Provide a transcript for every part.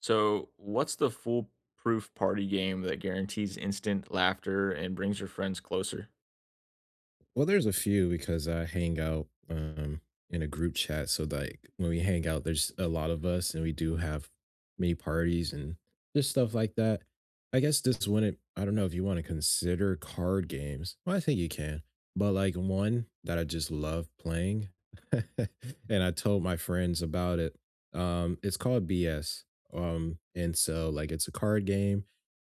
So, what's the foolproof party game that guarantees instant laughter and brings your friends closer? Well, there's a few because I hang out in a group chat. So, like, when we hang out, there's a lot of us, and we do have many parties and just stuff like that. I guess this wouldn't, I don't know if you want to consider card games. Well, I think you can. But, like, one that I just love playing, and I told my friends about it. It's called BS. And so, like, it's a card game,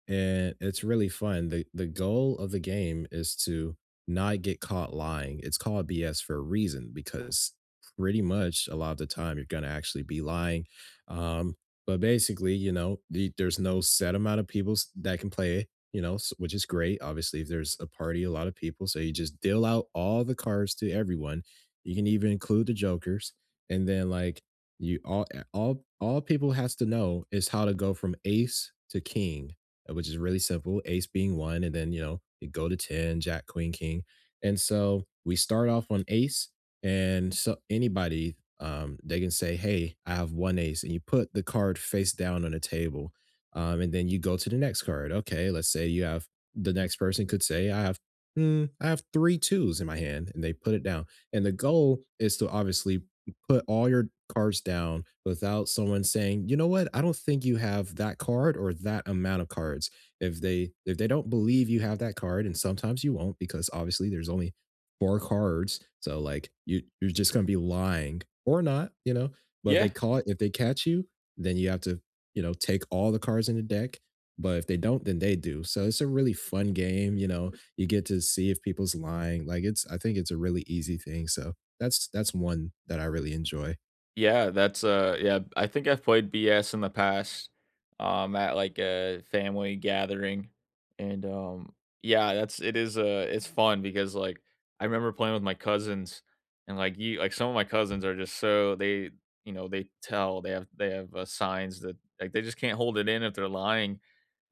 and it's really fun. The goal of the game is to not get caught lying. It's called BS for a reason because pretty much a lot of the time you're going to actually be lying. Um, but basically, you know, there's no set amount of people that can play, you know, which is great. Obviously, if there's a party, a lot of people. So you just deal out all the cards to everyone. You can even include the jokers. And then, like, you all, all people has to know is how to go from ace to king, which is really simple, ace being one, and then, you know, you go to 10, jack, queen, king. And so we start off on ace, and so anybody, they can say, hey, I have one ace, and you put the card face down on the table. And then you go to the next card. Okay, let's say you have the next person could say, I have three twos in my hand, and they put it down. And the goal is to obviously put all your cards down without someone saying, "You know what? I don't think you have that card or that amount of cards." If they don't believe you have that card, and sometimes you won't because obviously there's only four cards, so like you're just gonna be lying or not, you know. But if they Yeah, call it, if they catch you, then you have to take all the cards in the deck. But if they don't, then they do. So it's a really fun game. You know, you get to see if people's lying. Like I think it's a really easy thing. So that's one that I really enjoy. Yeah, that's, yeah, I think I've played BS in the past, at, like, a family gathering, and, yeah, that's it is, it's fun because, like, I remember playing with my cousins, and, like, you like, some of my cousins are just so they you know, they have, signs that like, they just can't hold it in if they're lying,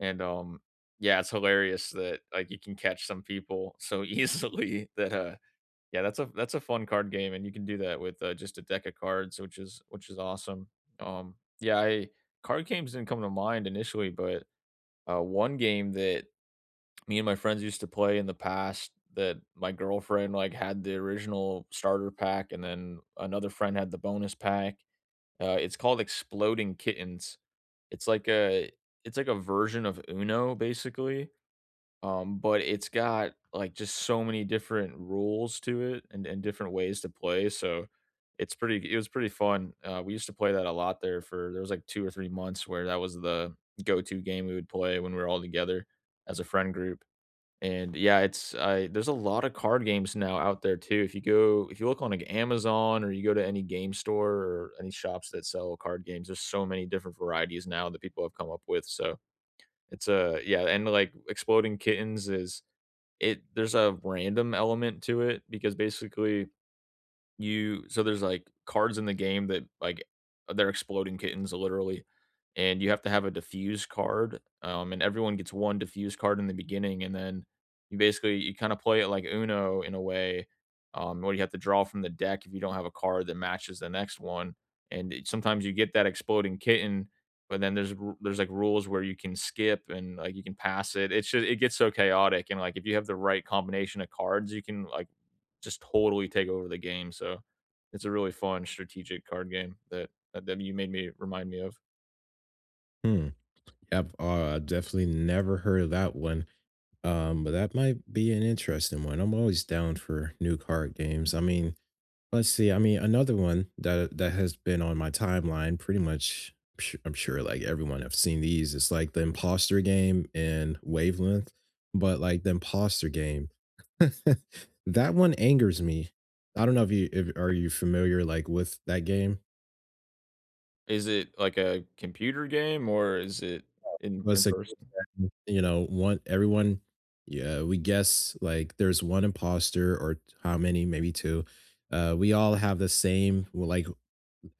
and, yeah, it's hilarious that, like, you can catch some people so easily that, yeah, that's a fun card game, and you can do that with, just a deck of cards, which is awesome. Yeah, I card games didn't come to mind initially, but, one game that me and my friends used to play in the past that my girlfriend, like, had the original starter pack, and then another friend had the bonus pack, it's called Exploding Kittens. It's like a it's like a version of UNO, basically. But it's got, like, just so many different rules to it and different ways to play, so it was pretty fun. We used to play that a lot there was, like, 2 or 3 months where that was the go-to game we would play when we were all together as a friend group, and, yeah, it's I there's a lot of card games now out there too. If you look on, like, Amazon or you go to any game store or any shops that sell card games, there's so many different varieties now that people have come up with, so it's, a yeah, and, like, Exploding Kittens is it there's a random element to it because basically you so there's, like, cards in the game that, like they're exploding kittens literally, and you have to have a diffuse card, and everyone gets 1 diffuse card in the beginning, and then you basically you kinda play it like Uno in a way, where you have to draw from the deck if you don't have a card that matches the next one, and it sometimes you get that exploding kitten, but then there's, like, rules where you can skip and, like, you can pass it. It's just it gets so chaotic, and, like, if you have the right combination of cards, you can, like just totally take over the game. So it's a really fun strategic card game that you made me remind me of. Hmm. Yep. I've definitely never heard of that one. But that might be an interesting one. I'm always down for new card games. I mean, let's see. I mean, another one that has been on my timeline pretty much. I'm sure like everyone have seen these. It's like the imposter game and wavelength, but like the imposter game. That one angers me. I don't know, if you if, are you familiar like with that game? Is it like a computer game or is it in Was a group person? setting, you know, one everyone. Yeah, we guess like there's one imposter or how many, maybe two. We all have the same, well, like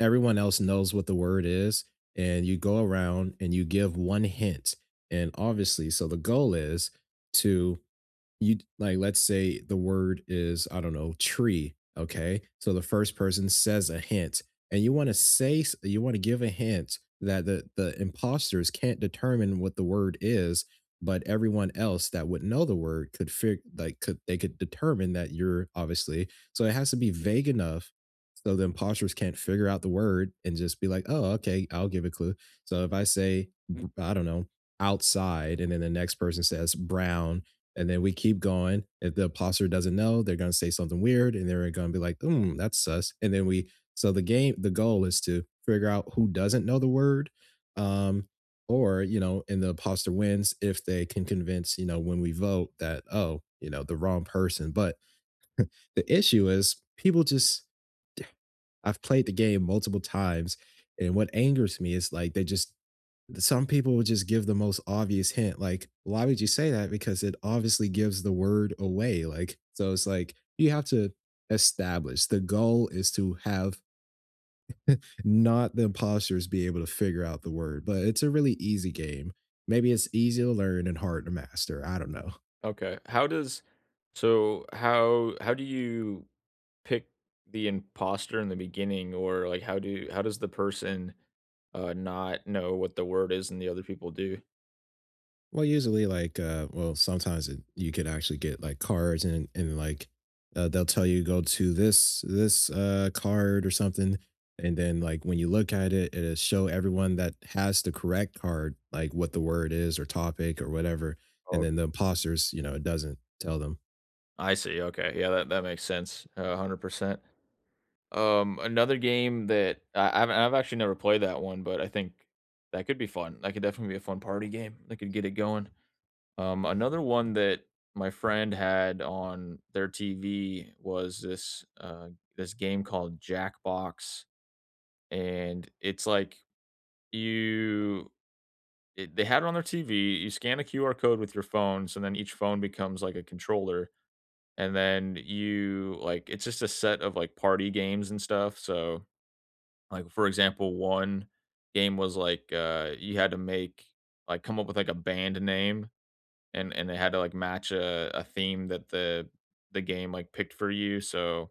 everyone else knows what the word is, and you go around and you give one hint. And obviously, so the goal is to. You, like, let's say the word is, I don't know, tree. Okay, so the first person says a hint, and you want to you want to give a hint that the imposters can't determine what the word is, but everyone else that would know the word could figure, like, could they, could determine that you're obviously. So it has to be vague enough so the imposters can't figure out the word and just be like, oh, okay, I'll give a clue. So if I say, I don't know, outside, and then the next person says brown, and then we keep going. If the imposter doesn't know, they're going to say something weird and they're going to be like, hmm, that's sus. And then so the game, the goal is to figure out who doesn't know the word. Um, or, you know, and the imposter wins if they can convince, you know, when we vote that, oh, you know, the wrong person. But the issue is people just, I've played the game multiple times. And what angers me is like they just. Some people would just give the most obvious hint. Like, why would you say that? Because it obviously gives the word away. Like, so it's like you have to establish the goal is to have not the imposters be able to figure out the word. But it's a really easy game. Maybe it's easy to learn and hard to master. I don't know. Okay. How does so how do you pick the imposter in the beginning or like how do how does the person not know what the word is and the other people do? Well, usually, like, well, sometimes you could actually get like cards and like they'll tell you go to this card or something, and then like when you look at it, it'll show everyone that has the correct card like what the word is or topic or whatever, and Oh, then the imposters, you know, it doesn't tell them. I see. Okay. Yeah, that that makes sense. 100%. Another game that I've actually never played that one, but I think that could be fun. That could definitely be a fun party game. That could get it going. Another one that my friend had on their TV was this this game called Jackbox, and it's like you it, they had it on their TV. You scan a QR code with your phone, so then each phone becomes like a controller, and then you like it's just a set of like party games and stuff. So like, for example, one game was like, you had to make like come up with like a band name and they had to like match a theme that the game like picked for you. So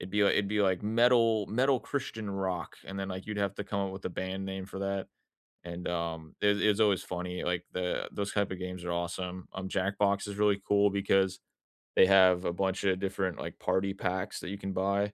it'd be like metal Christian rock, and then like you'd have to come up with a band name for that. And it, was- always funny. Like the those type of games are awesome. Jackbox is really cool because they have a bunch of different like party packs that you can buy,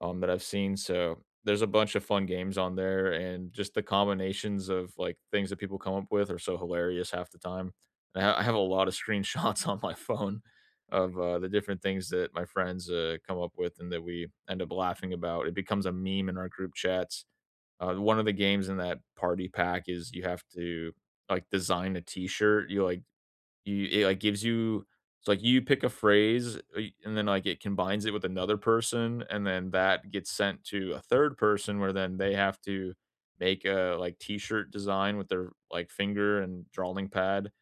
that I've seen. So there's a bunch of fun games on there, and just the combinations of like things that people come up with are so hilarious half the time. And I have a lot of screenshots on my phone of the different things that my friends come up with and that we end up laughing about. It becomes a meme in our group chats. One of the games in that party pack is you have to like design a T-shirt. You like you it, like, gives you it's like you pick a phrase, y- and then, like, it combines it with another person, and then that gets sent to a third person where then they have to make a, like, T-shirt design with their, like, finger and drawing pad,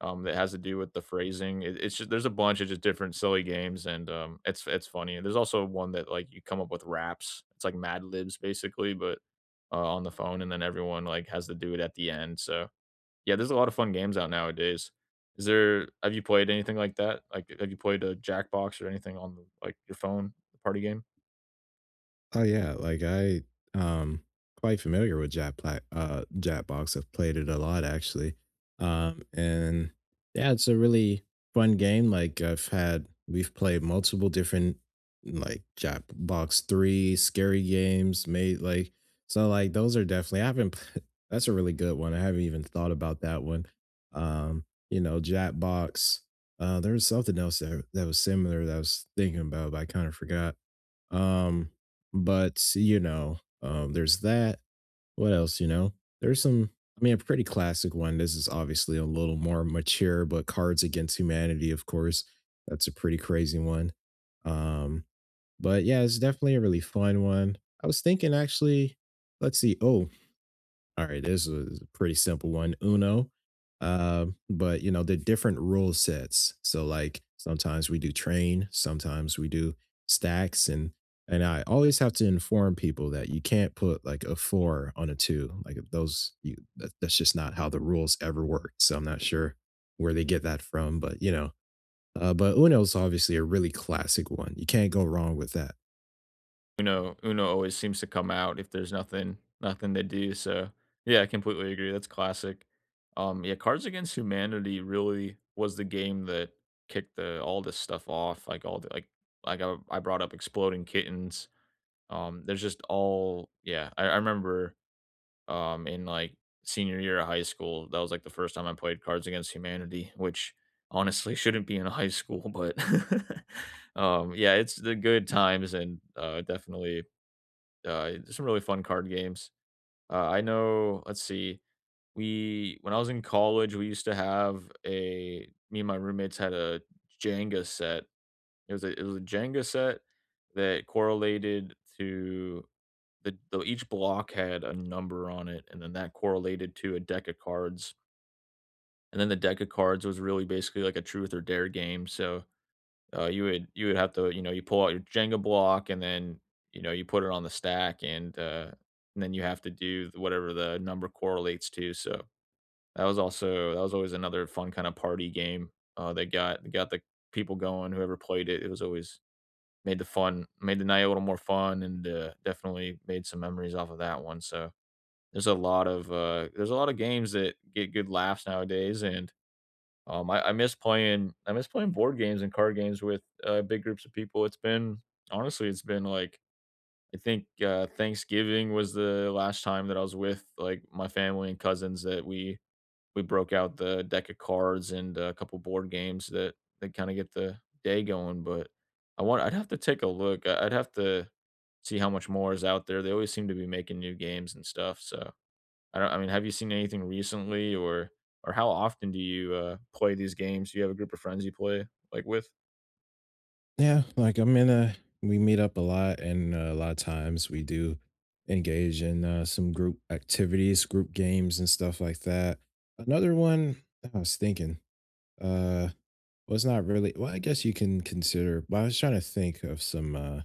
that has to do with the phrasing. It it's just there's a bunch of just different silly games, and, it's funny. And there's also one that, like, you come up with raps. It's like Mad Libs, basically, but, on the phone, and then everyone, like, has to do it at the end, so yeah, there's a lot of fun games out nowadays. Is there have you played anything like that? Like, have you played a Jackbox or anything on the, like your phone, the party game? Oh yeah, like I um quite familiar with Japbox. I've played it a lot actually. And yeah, it's a really fun game. Like I've had we've played multiple different like Japbox 3 scary games made like so like those are definitely. I haven't p- That's a really good one. I haven't even thought about that one. Um you know, Japbox. There was something else that was similar that I was thinking about, but I kind of forgot, um, but you know, there's that. What else? You know, there's some. I mean, a pretty classic one. This is obviously a little more mature, but Cards Against Humanity, of course, that's a pretty crazy one. Um, but yeah, it's definitely a really fun one. I was thinking actually, let's see. Oh, all right, this is a pretty simple one. Uno. But you know, the different rule sets. So like sometimes we do train, sometimes we do stacks, and I always have to inform people that you can't put like a four on a two. Like if those you that, that's just not how the rules ever worked. So I'm not sure where they get that from, but you know. But Uno is obviously a really classic one. You can't go wrong with that. Uno always seems to come out if there's nothing to do. So yeah, I completely agree. That's classic. Yeah, Cards Against Humanity really was the game that kicked the all this stuff off. Like all the like I brought up Exploding Kittens. There's just all yeah. I remember in like senior year of high school. That was like the first time I played Cards Against Humanity, which honestly shouldn't be in high school, but yeah, it's the good times and definitely, some really fun card games. I know. Let's see. We when I was in college, we used to have a me and my roommates had a Jenga set. It was a Jenga set that correlated to the each block had a number on it, and then that correlated to a deck of cards. And then the deck of cards was really basically like a truth or dare game. So you would have to you know you pull out your Jenga block, and then you know you put it on the stack, and then you have to do whatever the number correlates to. So that was also that was always another fun kind of party game. They got the people going. Whoever played it, it was always made the fun made the night a little more fun, and definitely made some memories off of that one. So there's a lot of, there's a lot of games that get good laughs nowadays, and, I miss playing board games and card games with, big groups of people. It's been honestly, it's been, like, I think, Thanksgiving was the last time that I was with, like, my family and cousins that we broke out the deck of cards and a couple board games that that kinda get the day going, but I want I'd have to take a look. I'd have to see how much more is out there. They always seem to be making new games and stuff, so I don't I mean, have you seen anything recently or how often do you, play these games? Do you have a group of friends you play, like, with? Yeah, like I'm in a we meet up a lot and, a lot of times we do engage in, some group activities, group games and stuff like that. Another one I was thinking, uh well, it's not really, well, I guess you can consider, but I was trying to think of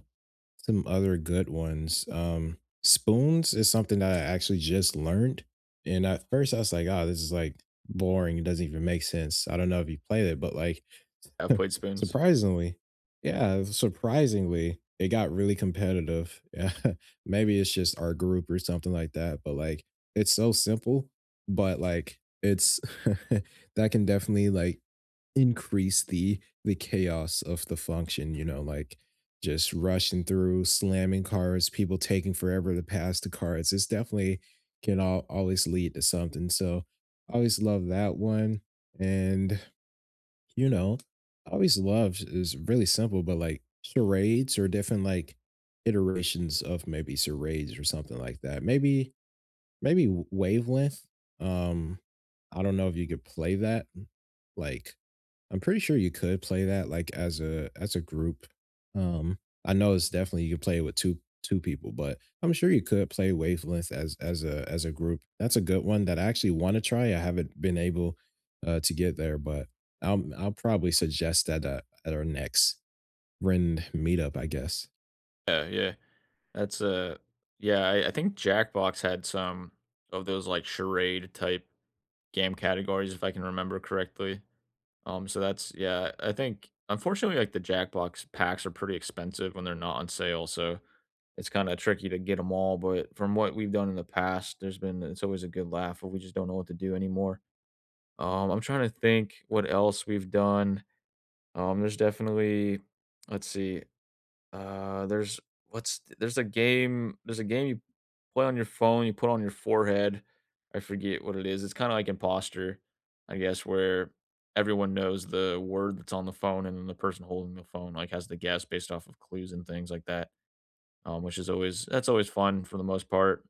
some other good ones. Spoons is something that I actually just learned, and at first I was like, oh, this is like boring, it doesn't even make sense. I don't know if you played it, but like I have played spoons? Surprisingly, yeah, surprisingly, it got really competitive. Yeah, maybe it's just our group or something like that, but like it's so simple, but like it's that can definitely like increase the chaos of the function, you know, like just rushing through, slamming cards, people taking forever to pass the cards. It's definitely can always lead to something. So I always love that one. And you know, I always loved is really simple, but like charades or different like iterations of maybe charades or something like that. Maybe wavelength. Um, I don't know if you could play that. Like I'm pretty sure you could play that, like, as a group. Um, I know it's definitely you can play it with 2 2 people, but I'm sure you could play Wavelength as a group. That's a good one that I actually wanna try. I haven't been able, to get there, but I'll probably suggest that, at our next Rend meetup, I guess. Yeah, yeah. That's, yeah, I think Jackbox had some of those, like, charade type game categories, if I can remember correctly. So that's yeah, I think unfortunately, like, the Jackbox packs are pretty expensive when they're not on sale, so it's kinda tricky to get them all, but from what we've done in the past, there's been it's always a good laugh, but we just don't know what to do anymore. I'm trying to think what else we've done. There's definitely let's see. Uh, there's there's a game you play on your phone, you put on your forehead. I forget what it is. It's kind of like imposter, I guess, where everyone knows the word that's on the phone and then the person holding the phone like has to guess based off of clues and things like that. Which is always that's always fun for the most part.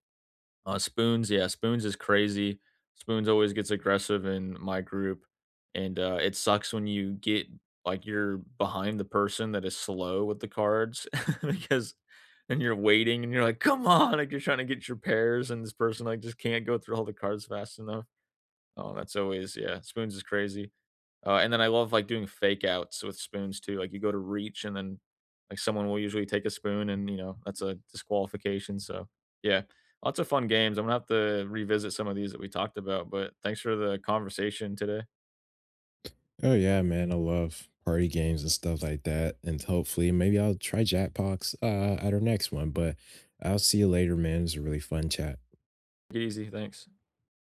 Spoons, yeah, Spoons is crazy. Spoons always gets aggressive in my group, and it sucks when you get like you're behind the person that is slow with the cards because and you're waiting and you're like, come on, like you're trying to get your pairs, and this person like just can't go through all the cards fast enough. Oh, that's always yeah. Spoons is crazy. And then I love, like, doing fake outs with spoons too, like, you go to reach and then, like, someone will usually take a spoon and, you know, that's a disqualification, so, yeah. Lots of fun games, I'm gonna have to revisit some of these that we talked about, but thanks for the conversation today. Oh, yeah, man, I love party games and stuff like that, and hopefully, maybe I'll try Jackbox, at our next one, but I'll see you later, man. It was a really fun chat. Take it easy, thanks.